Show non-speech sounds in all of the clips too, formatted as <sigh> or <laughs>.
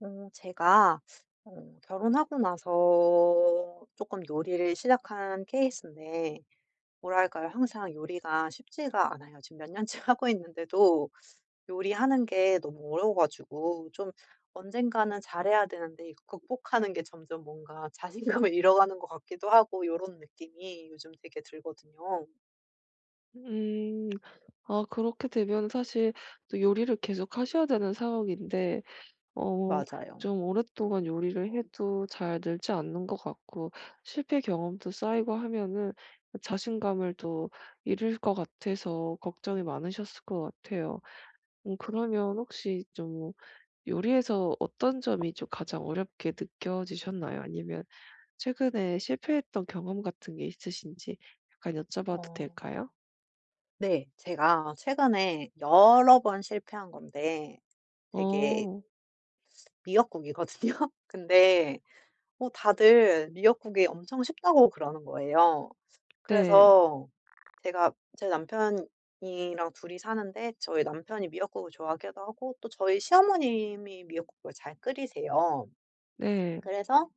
제가 결혼하고 나서 조금 요리를 시작한 케이스인데, 뭐랄까요, 항상 요리가 쉽지가 않아요. 지금 몇 년째 <laughs> 하고 있는데도 요리하는 게 너무 어려워 가지고 좀 언젠가는 잘해야 되는데, 이거 극복하는 게 점점 뭔가 자신감을 <laughs> 잃어가는 것 같기도 하고 이런 느낌이 요즘 되게 들거든요. 음. 아 그렇게 되면 사실 또 요리를 계속 하셔야 되는 상황인데 어 맞아요. 좀 오랫동안 요리를 해도 잘 늘지 않는 것 같고 실패 경험도 쌓이고 하면은 자신감을 또 잃을 것 같아서 걱정이 많으셨을 것 같아요. 그러면 혹시 좀 요리에서 어떤 점이 좀 가장 어렵게 느껴지셨나요? 아니면 최근에 실패했던 경험 같은 게 있으신지 약간 여쭤봐도 어 될까요? 네. 제가 최근에 여러 번 실패한 건데 되게 어. 미역국이거든요. <laughs> 근데 다들 미역국이 엄청 쉽다고 그러는 거예요. 네. 그래서 제가 제 남편이랑 둘이 사는데, 저희 남편이 미역국을 좋아하기도 하고 또 저희 시어머님이 미역국을 잘 끓이세요. 네. 그래서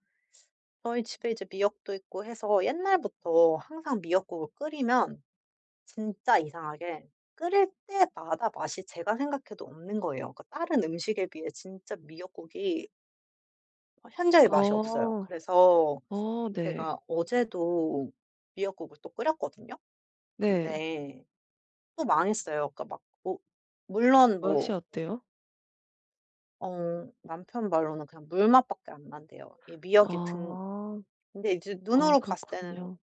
저희 집에 이제 미역도 있고 해서 옛날부터 항상 미역국을 끓이면 진짜 이상하게 끓일 때마다 맛이 제가 생각해도 없는 거예요. 그 다른 음식에 비해 진짜 미역국이 현자의 맛이 없어요. 어. 그래서 어 네. 제가 어제도 미역국을 또 끓였거든요. 네. 근데 또 망했어요. 그러니까 막 뭐 물론 맛이 뭐 어때요? 남편 말로는 그냥 물맛 밖에 안 난대요. 이 미역이 등. 아. 근데 이제 아 눈으로 봤을 때는 그렇군요.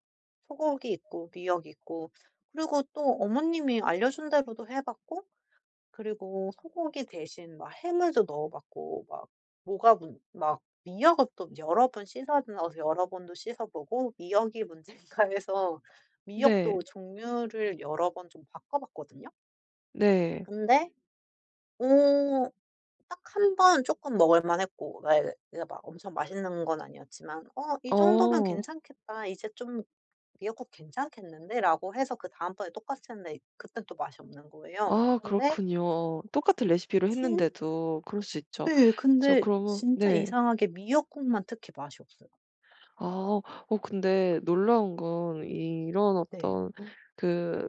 소고기 있고 미역 있고, 그리고 또 어머님이 알려준 대로도 해 봤고, 그리고 소고기 대신 막 햄을 또 넣어 봤고, 막 뭐가 문 막 미역도 여러 번 씻어 넣어서 여러 번도 씻어 보고 미역이 문제인가 해서 네. 미역도 종류를 여러 번 좀 바꿔 봤거든요. 네. 근데 어 딱 한 번 조금 먹을 만했고, 네, 내가 막 엄청 맛있는 건 아니었지만 '어 이 정도면 어. 괜찮겠다. 이제 좀 미역국 괜찮겠는데?'라고 해서 그다음번에 똑같이 했는데 그땐 또 맛이 없는 거예요. 아 근데 그렇군요. 똑같은 레시피로 진 했는데도 그럴 수 있죠. 네. 저 근데 그러면 진짜 네. 이상하게 미역국만 특히 맛이 없어요. 아 어 근데 놀라운 건 이런 네. 어떤 그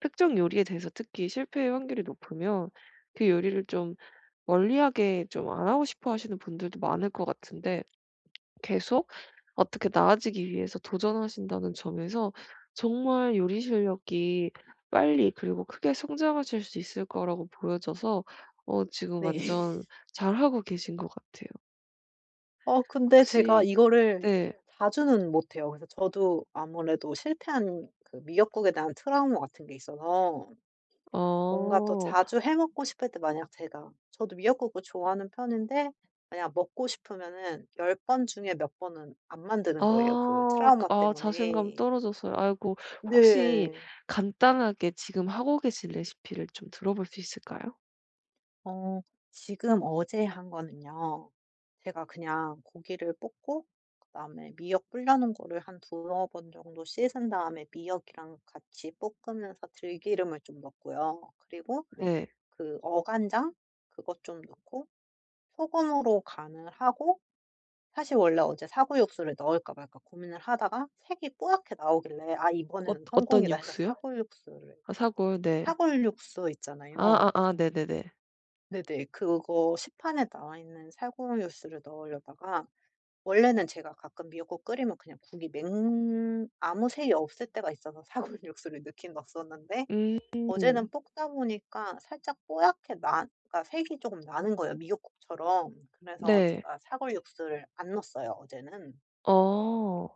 특정 요리에 대해서 특히 실패의 확률이 높으면 그 요리를 좀 멀리하게 좀 안 하고 싶어 하시는 분들도 많을 것 같은데 계속 어떻게 나아지기 위해서 도전하신다는 점에서 정말 요리 실력이 빨리 그리고 크게 성장하실 수 있을 거라고 보여져서 어 지금 네. <laughs> 완전 잘하고 계신 것 같아요. 근데 제가 혹시 이거를 네. 자주는 못 해요. 그래서 저도 아무래도 실패한 그 미역국에 대한 트라우마 같은 게 있어서 뭔가 또 어. 자주 해 먹고 싶을 때, 만약 제가 저도 미역국을 좋아하는 편인데 만약 먹고 싶으면은 10번 중에 몇 번은 안 만드는 거예요, 아. 그 그 트라우마 아 자신감이 때문에. 떨어졌어요. 아이고. 혹시 네. 간단하게 지금 하고 계신 레시피를 좀 들어볼 수 있을까요? 어 지금 어제 한 거는요, 제가 그냥 고기를 볶고 그다음에 미역 불려 놓은 거를 한 두어 번 정도 씻은 다음에 미역이랑 같이 볶으면서 들기름을 좀 넣고요. 그리고 네. 그 어간장, 그것 좀 넣고 소금으로 간을 하고, 사실 원래 어제 사골 육수를 넣을까 말까 고민을 하다가 색이 뽀얗게 나오길래 '아 어 이번에는 어떤 성공이다.' 해서 육수요? 아 사골. 네. 사골 육수 있잖아요. 아아아 네네네. 네네. 그거 시판에 나와 있는 살구육수를 넣으려다가 원래는 제가 가끔 미역국 끓이면 그냥 국이 맹 아무 색이 없을 때가 있어서 <laughs> 살구육수를 넣긴 넣었었는데, 음. 어제는 볶다 보니까 살짝 뽀얗게 나 그러니까 색이 조금 나는 거예요, 미역국처럼. 그래서 네. 제가 살구육수를 안 넣었어요, 어제는. 어.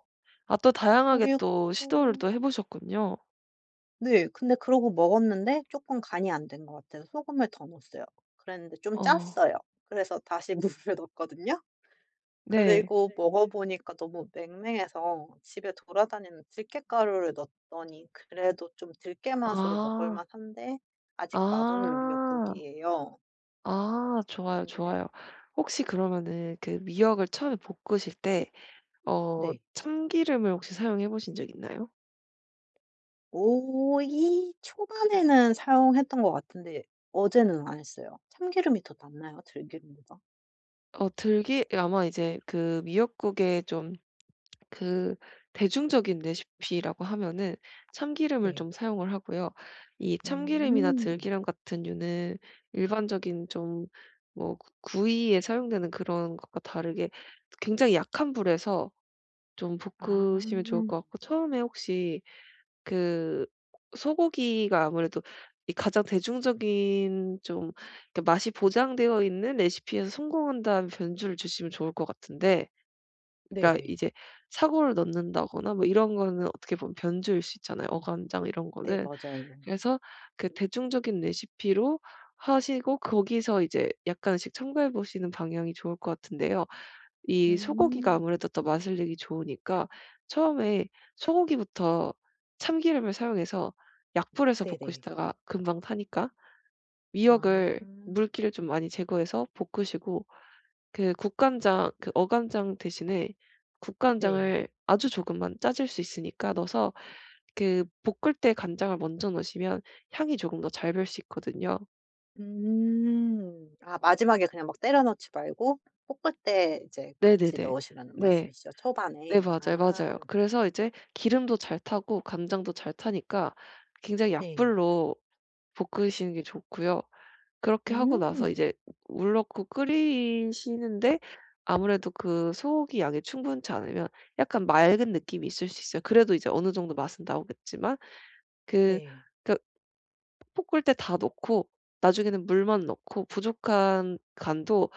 아 또 다양하게 그리고 또 시도를 또 해 보셨군요. 네. 근데 그러고 먹었는데 쪼끔 간이 안 된 것 같아서 소금을 더 넣었어요. 그랬는데 좀 어. 짰어요. 그래서 다시 <laughs> 물을 넣었거든요. 네. 그리고 먹어보니까 너무 맹맹해서 집에 돌아다니는 들깨가루를 넣었더니 그래도 좀 들깨 맛으로 먹을 아. 만한데 아직 맛없는 아. 미역국이에요. 아 좋아요, 근데 좋아요. 혹시 그러면은 그 미역을 처음에 볶으실 때 어 네. 참기름을 혹시 사용해 보신 적 있나요? 오이 초반에는 사용했던 것 같은데 어제는 안 했어요. 참기름이 더 낫나요? 들기름보다? 어 들기 아마 이제 그 미역국에 좀 그 대중적인 레시피라고 하면은 참기름을 네. 좀 사용을 하고요. 이 참기름이나 음. 들기름 같은 류는 일반적인 좀 뭐 구이에 사용되는 그런 것과 다르게 굉장히 약한 불에서 좀 아. 볶으시면 좋을 것 같고 처음에 혹시 그 소고기가 아무래도 이 가장 대중적인 좀 이렇게 맛이 보장되어 있는 레시피에서 성공한다는 변주를 주시면 좋을 것 같은데 그러니까 네네. 이제 사고를 넣는다거나 뭐 이런 거는 어떻게 보면 변주일 수 있잖아요, 어간장 이런 네, 거는. 맞아요. 그래서 그 대중적인 레시피로 하시고 거기서 이제 약간씩 첨가해 보시는 방향이 좋을 것 같은데요. 이 소고기가 음. 아무래도 더 맛을 내기 좋으니까 처음에 소고기부터 참기름을 사용해서 약불에서 네네. 볶으시다가 금방 타니까 아. 미역을 물기를 좀 많이 제거해서 볶으시고 그 국간장 그 어간장 대신에 네. 국간장을 아주 조금만 짜질 수 있으니까 넣어서 그 볶을 때 간장을 먼저 넣으시면 향이 조금 더 잘 별 수 있거든요. 음. 아, 마지막에 그냥 막 때려 넣지 말고 볶을 때 이제 네네네. 같이 넣으시라는 네. 말씀이시죠? 네 초반에. 맞아요, 아, 맞아요. 그래서 이제 기름도 잘 타고 간장도 잘 타니까 굉장히 네. 약불로 볶으시는 게 좋고요. 그렇게 하고 나서 음. 이제 물 넣고 끓이시는데 아무래도 그 소고기 양이 충분치 않으면 약간 맑은 느낌이 있을 수 있어요. 그래도 이제 어느 정도 맛은 나오겠지만 그 네. 그러니까 볶을 때 다 넣고 나중에는 물만 넣고 부족한 간도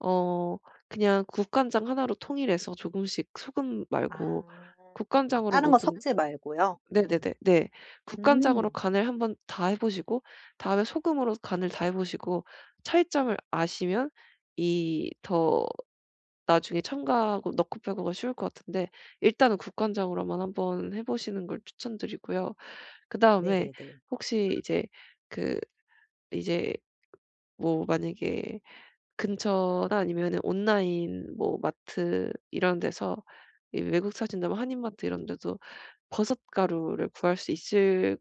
어 그냥 국간장 하나로 통일해서 조금씩 소금 아. 말고 아, 국간장으로 다른 거 모든 섞지 말고요? 네네네. 네. 국간장으로 음. 간을 한번 다 해 보시고 다음에 소금으로 간을 다 해 보시고 차이점을 아시면 이 더 나중에 첨가하고 넣고 빼고가 쉬울 것 같은데 일단은 국간장으로만 한번 해 보시는 걸 추천드리고요. 그다음에 네네네. 혹시 이제 그 이제 뭐 만약에 근처나 아니면은 온라인 뭐 마트 이런 데서 이 외국 사신다면 한인 마트 이런 데도 버섯 가루를 구할 수 있을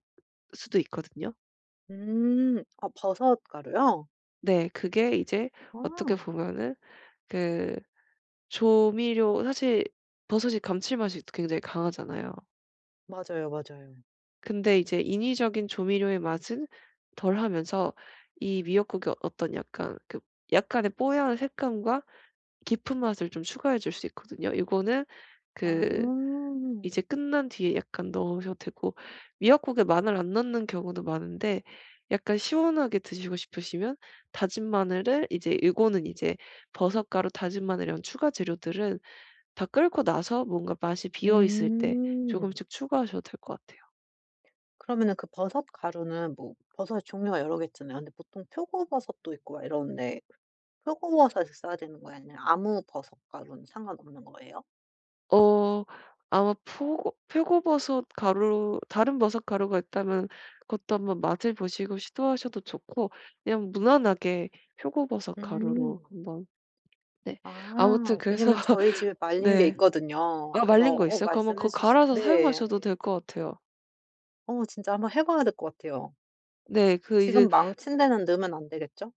수도 있거든요. 음. 아, 버섯 가루요? 네. 그게 이제 어떻게 아. 보면은 그 조미료 사실 버섯이 감칠맛이 또 굉장히 강하잖아요. 맞아요, 맞아요. 근데 이제 인위적인 조미료의 맛은 덜하면서 이 미역국의 어, 어떤 약간 그 약간의 뽀얀 색감과 깊은 맛을 좀 추가해 줄 수 있거든요. 이거는그 아. 이제 끝난 뒤에 약간 넣으셔도 되고 미역국에 마늘 안 넣는 경우도 많은데 약간 시원하게 드시고 싶으시면 다진 마늘을 이제 요거는 이제 버섯가루, 다진 마늘이랑 추가 재료들은 다 끓고 나서 뭔가 맛이 비어 있을 때 음. 조금씩 추가하셔도 될 것 같아요. 그러면은 그 버섯 가루는 뭐 버섯의 종류가 여러 개 있잖아요. 근데 보통 표고버섯도 있고 막 이러는데 표고버섯을 써야 되는 거예요? 아니면 아무 버섯 가루는 상관없는 거예요? 어 아마 표고버섯 가루 다른 버섯 가루가 있다면 그것도 한번 맛을 보시고 시도하셔도 좋고 그냥 무난하게 표고버섯 가루로 음. 한번 네. 아무튼 아, 그래서 왜냐면 저희 집에 말린 게 네. 있거든요. 아 그래서 말린 거 어 있어요? 그러면 말씀해 그거 주신 갈아서 네. 사용하셔도 될 것 같아요. 진짜 한번 해 봐야 될 것 같아요. 네. 그 이제 지금 망친 데는 넣으면 안 되겠죠?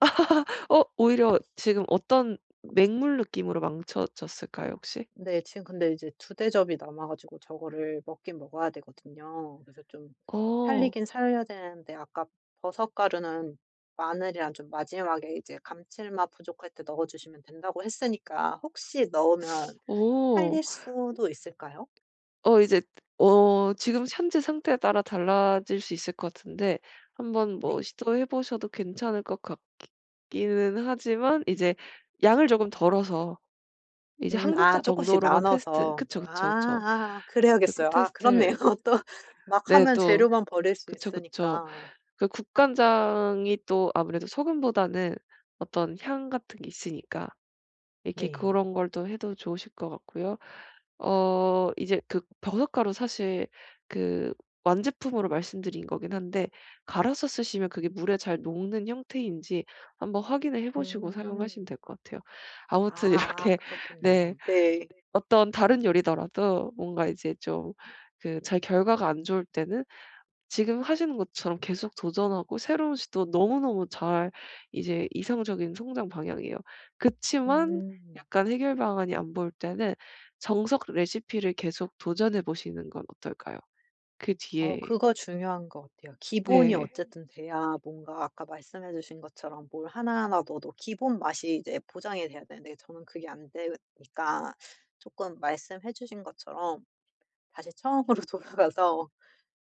<laughs> 어 오히려 지금 어떤 맹물 느낌으로 망쳐졌을까요 혹시? 네. 지금 근데 이제 두 대접이 남아 가지고 저거를 먹긴 먹어야 되거든요. 그래서 좀 어. 살리긴 살려야 되는데, 아까 버섯 가루는 마늘이랑 좀 마지막에 이제 감칠맛 부족할 때 넣어 주시면 된다고 했으니까, 혹시 넣으면 오. 살릴 수도 있을까요? 어 이제 어 지금 현재 상태에 따라 달라질 수 있을 것 같은데 한번 뭐 네. 시도해 보셔도 괜찮을 것 같기는 하지만 이제 양을 조금 덜어서 이제 음. 한 아, 국자 조금씩 정도로만 테스트 나눠서. 그쵸, 아 그쵸, 그쵸. 아 아, 그렇게 그래야겠어요. 아, 그렇네요. 테스트를 <laughs> 또 막 네 하면 또 재료만 버릴 수 그쵸, 그쵸. 있으니까. 그 국간장이 또 아무래도 소금보다는 어떤 향 같은 게 있으니까 이렇게 네. 그런 걸 또 해도 좋으실 것 같고요. 어 이제 그 버섯가루 사실 그 완제품으로 말씀드린 거긴 한데 갈아서 쓰시면 그게 물에 잘 녹는 형태인지 한번 확인을 해 보시고 음. 사용하시면 될 것 같아요. 아무튼 아. <laughs> 아, 이렇게 네 그렇겠네요. 네. 어떤 다른 요리더라도 뭔가 이제 좀 그 잘 결과가 안 좋을 때는 지금 하시는 것처럼 계속 도전하고 새로운 시도 너무너무 잘 이제 이상적인 성장 방향이에요. 그치만 음. 약간 해결 방안이 안 보일 때는 정석 레시피를 계속 도전해 보시는 건 어떨까요? 그 뒤에 그거 중요한 것 같아요. 기본이 네. 어쨌든 돼야 뭔가 아까 말씀해 주신 것처럼 뭘 하나하나 넣어도 기본 맛이 이제 보장이 돼야 되는데 저는 그게 안 되니까 조금 말씀해 주신 것처럼 다시 처음으로 <laughs> 돌아가서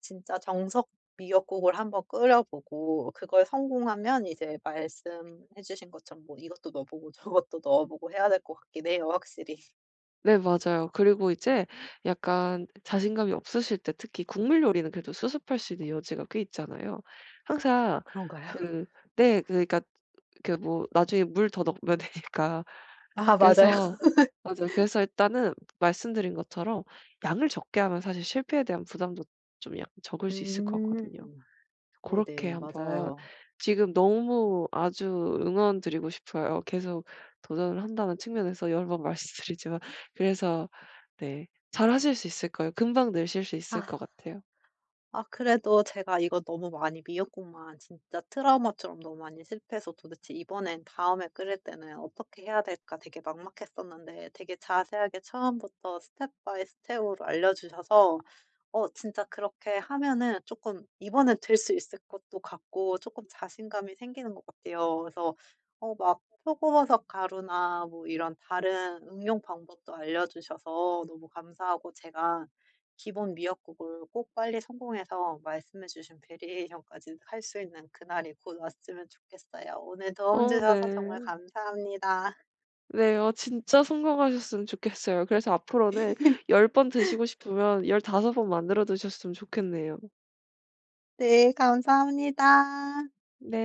진짜 정석 미역국을 한번 끓여 보고 그걸 성공하면 이제 말씀해 주신 것처럼 뭐 이것도 넣어 보고 <laughs> 저것도 넣어 보고 해야 될 것 같긴 해요, 확실히. 네 맞아요. 그리고 이제 약간 자신감이 없으실 때 특히 국물 요리는 그래도 수습할 수 있는 여지가 꽤 있잖아요. 항상 그런가요? 그 네 그 그러니까 그 뭐 나중에 물 더 넣으면 되니까 아, 맞아요. 그래서 <laughs> 네. 맞아요. 그래서 일단은 말씀드린 것처럼 양을 적게 하면 사실 실패에 대한 부담도 좀 약 적을 수 있을 것 같거든요. 음. 그렇게 네네. 한번 맞아요. 지금 너무 아주 응원 드리고 싶어요. 계속 도전을 한다는 측면에서 여러 번 <laughs> 말씀드리지만 그래서 네 잘하실 수 있을 거예요. 금방 내실 수 있을 것 아. 같아요. 아, 그래도 제가 이거 너무 많이 미역국만 진짜 트라우마처럼 너무 많이 실패해서 도대체 이번엔 다음에 끓일 때는 어떻게 해야 될까 되게 막막했었는데, 되게 자세하게 처음부터 스텝 바이 스텝으로 알려주셔서 진짜 그렇게 하면은 조금 이번엔 될 수 있을 것도 같고 조금 자신감이 생기는 것 같아요. 그래서 막 표고버섯 가루나 뭐 이런 다른 응용 방법도 알려주셔서 너무 감사하고 제가 기본 미역국을 꼭 빨리 성공해서 말씀해 주신 베리에이션까지 할 수 있는 그날이 곧 왔으면 좋겠어요. 오늘 도움 어 네. 주셔서 정말 네. 감사합니다. 네. 어 진짜 성공하셨으면 좋겠어요. 그래서 앞으로는 10번 드시고 싶으면 15번 만들어 드셨으면 좋겠네요. 네, 감사합니다. 네.